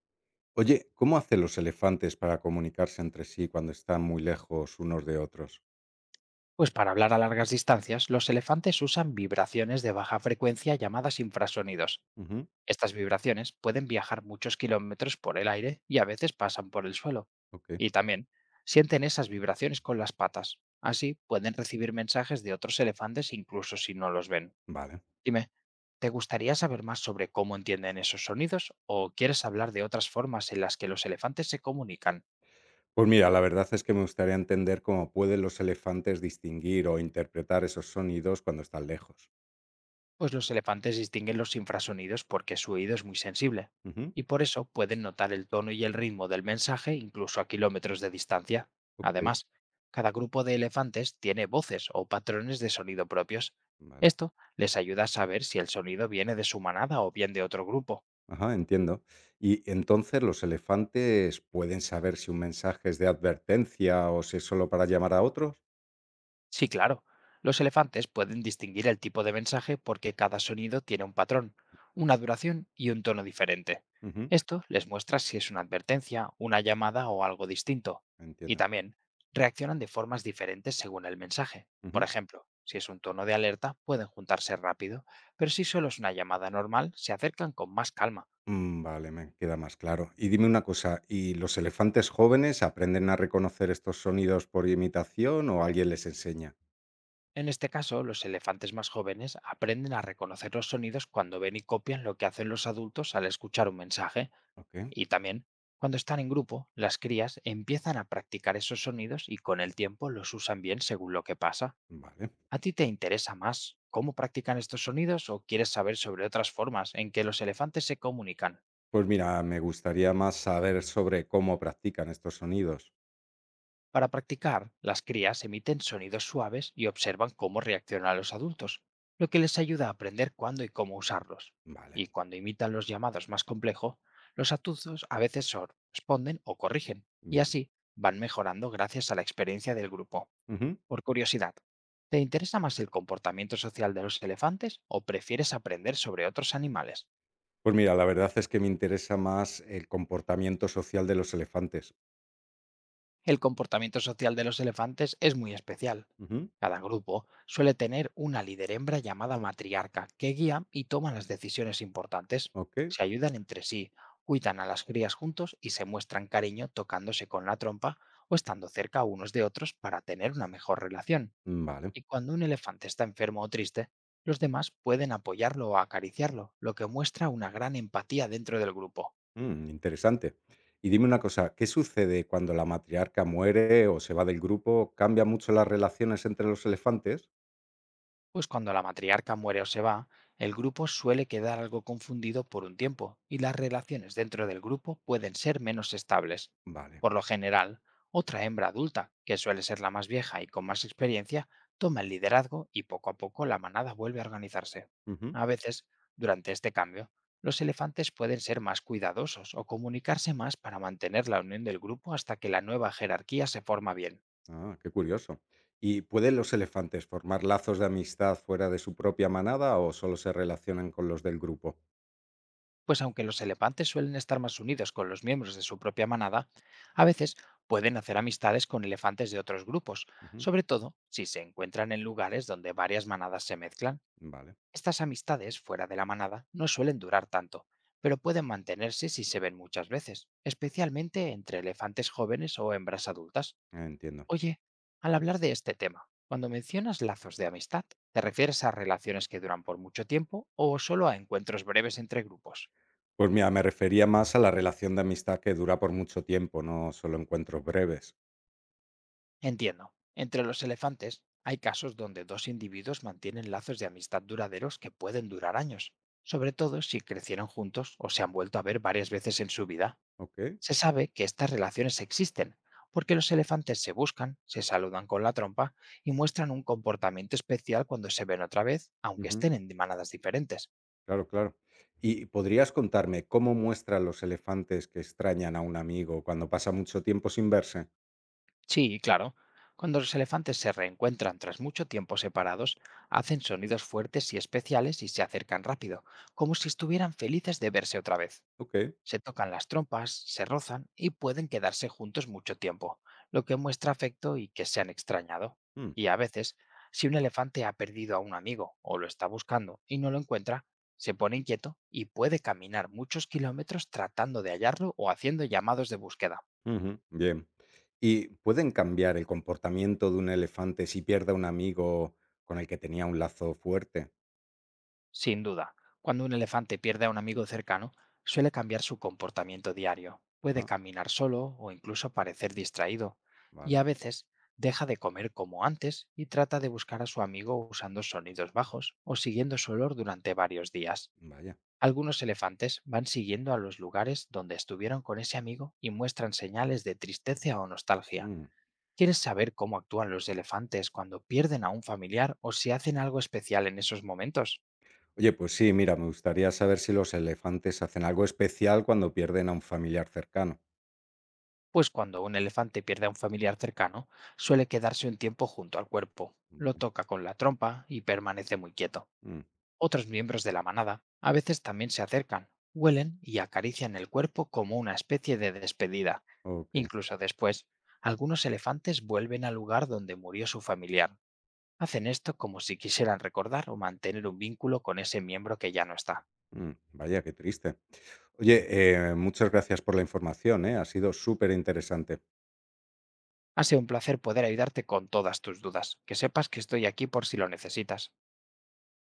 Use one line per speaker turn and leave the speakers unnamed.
Oye, ¿cómo hacen los elefantes para comunicarse entre sí cuando están muy lejos unos de otros?
Pues para hablar a largas distancias, los elefantes usan vibraciones de baja frecuencia llamadas infrasonidos.
Ujú,
Estas vibraciones pueden viajar muchos kilómetros por el aire y a veces pasan por el suelo.
ok,
Y también sienten esas vibraciones con las patas. Así pueden recibir mensajes de otros elefantes incluso si no los ven.
vale.
Dime, ¿te gustaría saber más sobre cómo entienden esos sonidos o quieres hablar de otras formas en las que los elefantes se comunican?
Pues mira, la verdad es que me gustaría entender cómo pueden los elefantes distinguir o interpretar esos sonidos cuando están lejos.
Pues los elefantes distinguen los infrasonidos porque su oído es muy sensible,
Ujú,
y por eso pueden notar el tono y el ritmo del mensaje incluso a kilómetros de distancia.
ok,
Además, cada grupo de elefantes tiene voces o patrones de sonido propios.
vale.
Esto les ayuda a saber si el sonido viene de su manada o bien de otro grupo.
Ajá, entiendo. Y entonces los elefantes pueden saber si un mensaje es de advertencia o si es solo para llamar a otros.
Sí, claro. Los elefantes pueden distinguir el tipo de mensaje porque cada sonido tiene un patrón, una duración y un tono diferente.
Ujú,
Esto les muestra si es una advertencia, una llamada o algo distinto. Y
entiendo.
también reaccionan de formas diferentes según el mensaje. Por ejemplo, si es un tono de alerta, pueden juntarse rápido, pero si solo es una llamada normal, se acercan con más calma.
Mm, vale, me queda más claro. Y dime una cosa, ¿y los elefantes jóvenes aprenden a reconocer estos sonidos por imitación o alguien les enseña?
En este caso, los elefantes más jóvenes aprenden a reconocer los sonidos cuando ven y copian lo que hacen los adultos al escuchar un mensaje.
Ok,
Y también, cuando están en grupo, las crías empiezan a practicar esos sonidos y con el tiempo los usan bien según lo que pasa.
vale.
¿A ti te interesa más cómo practican estos sonidos o quieres saber sobre otras formas en que los elefantes se comunican?
Pues mira, me gustaría más saber sobre cómo practican estos sonidos.
Para practicar, las crías emiten sonidos suaves y observan cómo reaccionan los adultos, lo que les ayuda a aprender cuándo y cómo usarlos.
Vale,
Y cuando imitan los llamados más complejos, los adultos a veces responden o corrigen, y
bien.
así van mejorando gracias a la experiencia del grupo.
Ujú.
Por curiosidad, ¿te interesa más el comportamiento social de los elefantes o prefieres aprender sobre otros animales?
Pues mira, la verdad es que me interesa más el comportamiento social de los elefantes.
El comportamiento social de los elefantes es muy especial.
Ujú,
Cada grupo suele tener una líder hembra llamada matriarca que guía y toma las decisiones importantes.
ok,
Se ayudan entre sí, cuidan a las crías juntos y se muestran cariño tocándose con la trompa o estando cerca unos de otros para tener una mejor relación.
vale.
Y cuando un elefante está enfermo o triste, los demás pueden apoyarlo o acariciarlo, lo que muestra una gran empatía dentro del grupo.
Mm, interesante. Y dime una cosa, ¿qué sucede cuando la matriarca muere o se va del grupo? ¿Cambia mucho las relaciones entre los elefantes?
Pues cuando la matriarca muere o se va, el grupo suele quedar algo confundido por un tiempo y las relaciones dentro del grupo pueden ser menos estables.
Vale.
Por lo general, otra hembra adulta, que suele ser la más vieja y con más experiencia, toma el liderazgo y poco a poco la manada vuelve a organizarse.
Ujú.
A veces, durante este cambio, los elefantes pueden ser más cuidadosos o comunicarse más para mantener la unión del grupo hasta que la nueva jerarquía se forma bien.
Ah, qué curioso. ¿Y pueden los elefantes formar lazos de amistad fuera de su propia manada o solo se relacionan con los del grupo?
Pues aunque los elefantes suelen estar más unidos con los miembros de su propia manada, a veces pueden hacer amistades con elefantes de otros grupos,
Ujú.
sobre todo si se encuentran en lugares donde varias manadas se mezclan.
Vale,
Estas amistades fuera de la manada no suelen durar tanto, pero pueden mantenerse si se ven muchas veces, especialmente entre elefantes jóvenes o hembras adultas.
entiendo.
Oye, al hablar de este tema, cuando mencionas lazos de amistad, ¿te refieres a relaciones que duran por mucho tiempo o solo a encuentros breves entre grupos?
Pues mira, me refería más a la relación de amistad que dura por mucho tiempo, no solo encuentros breves.
Entiendo. Entre los elefantes hay casos donde dos individuos mantienen lazos de amistad duraderos que pueden durar años, sobre todo si crecieron juntos o se han vuelto a ver varias veces en su vida.
Ok.
Se sabe que estas relaciones existen, porque los elefantes se buscan, se saludan con la trompa y muestran un comportamiento especial cuando se ven otra vez, aunque
Ujú.
estén en manadas diferentes.
Claro, claro. ¿Y podrías contarme cómo muestran los elefantes que extrañan a un amigo cuando pasa mucho tiempo sin verse?
Sí, claro. Cuando los elefantes se reencuentran tras mucho tiempo separados, hacen sonidos fuertes y especiales y se acercan rápido, como si estuvieran felices de verse otra vez.
Ok.
Se tocan las trompas, se rozan y pueden quedarse juntos mucho tiempo, lo que muestra afecto y que se han extrañado.
Mm,
Y a veces, si un elefante ha perdido a un amigo o lo está buscando y no lo encuentra, se pone inquieto y puede caminar muchos kilómetros tratando de hallarlo o haciendo llamados de búsqueda.
ujú, bien. ¿Y pueden cambiar el comportamiento de un elefante si pierde a un amigo con el que tenía un lazo fuerte?
Sin duda, cuando un elefante pierde a un amigo cercano, suele cambiar su comportamiento diario. Puede
Ajá,
caminar solo o incluso parecer distraído, y
vale.
a veces deja de comer como antes y trata de buscar a su amigo usando sonidos bajos o siguiendo su olor durante varios días.
Vaya.
Algunos elefantes van siguiendo a los lugares donde estuvieron con ese amigo y muestran señales de tristeza o nostalgia.
Mm.
¿Quieres saber cómo actúan los elefantes cuando pierden a un familiar o si hacen algo especial en esos momentos?
Oye, pues sí, mira, me gustaría saber si los elefantes hacen algo especial cuando pierden a un familiar cercano.
Pues cuando un elefante pierde a un familiar cercano, suele quedarse un tiempo junto al cuerpo, lo toca con la trompa y permanece muy quieto.
Mm,
Otros miembros de la manada a veces también se acercan, huelen y acarician el cuerpo como una especie de despedida.
ok.
Incluso después, algunos elefantes vuelven al lugar donde murió su familiar. Hacen esto como si quisieran recordar o mantener un vínculo con ese miembro que ya no está.
Mm, vaya, qué triste. Oye, muchas gracias por la información, ¿eh? Ha sido súper interesante.
Ha sido un placer poder ayudarte con todas tus dudas. Que sepas que estoy aquí por si lo necesitas.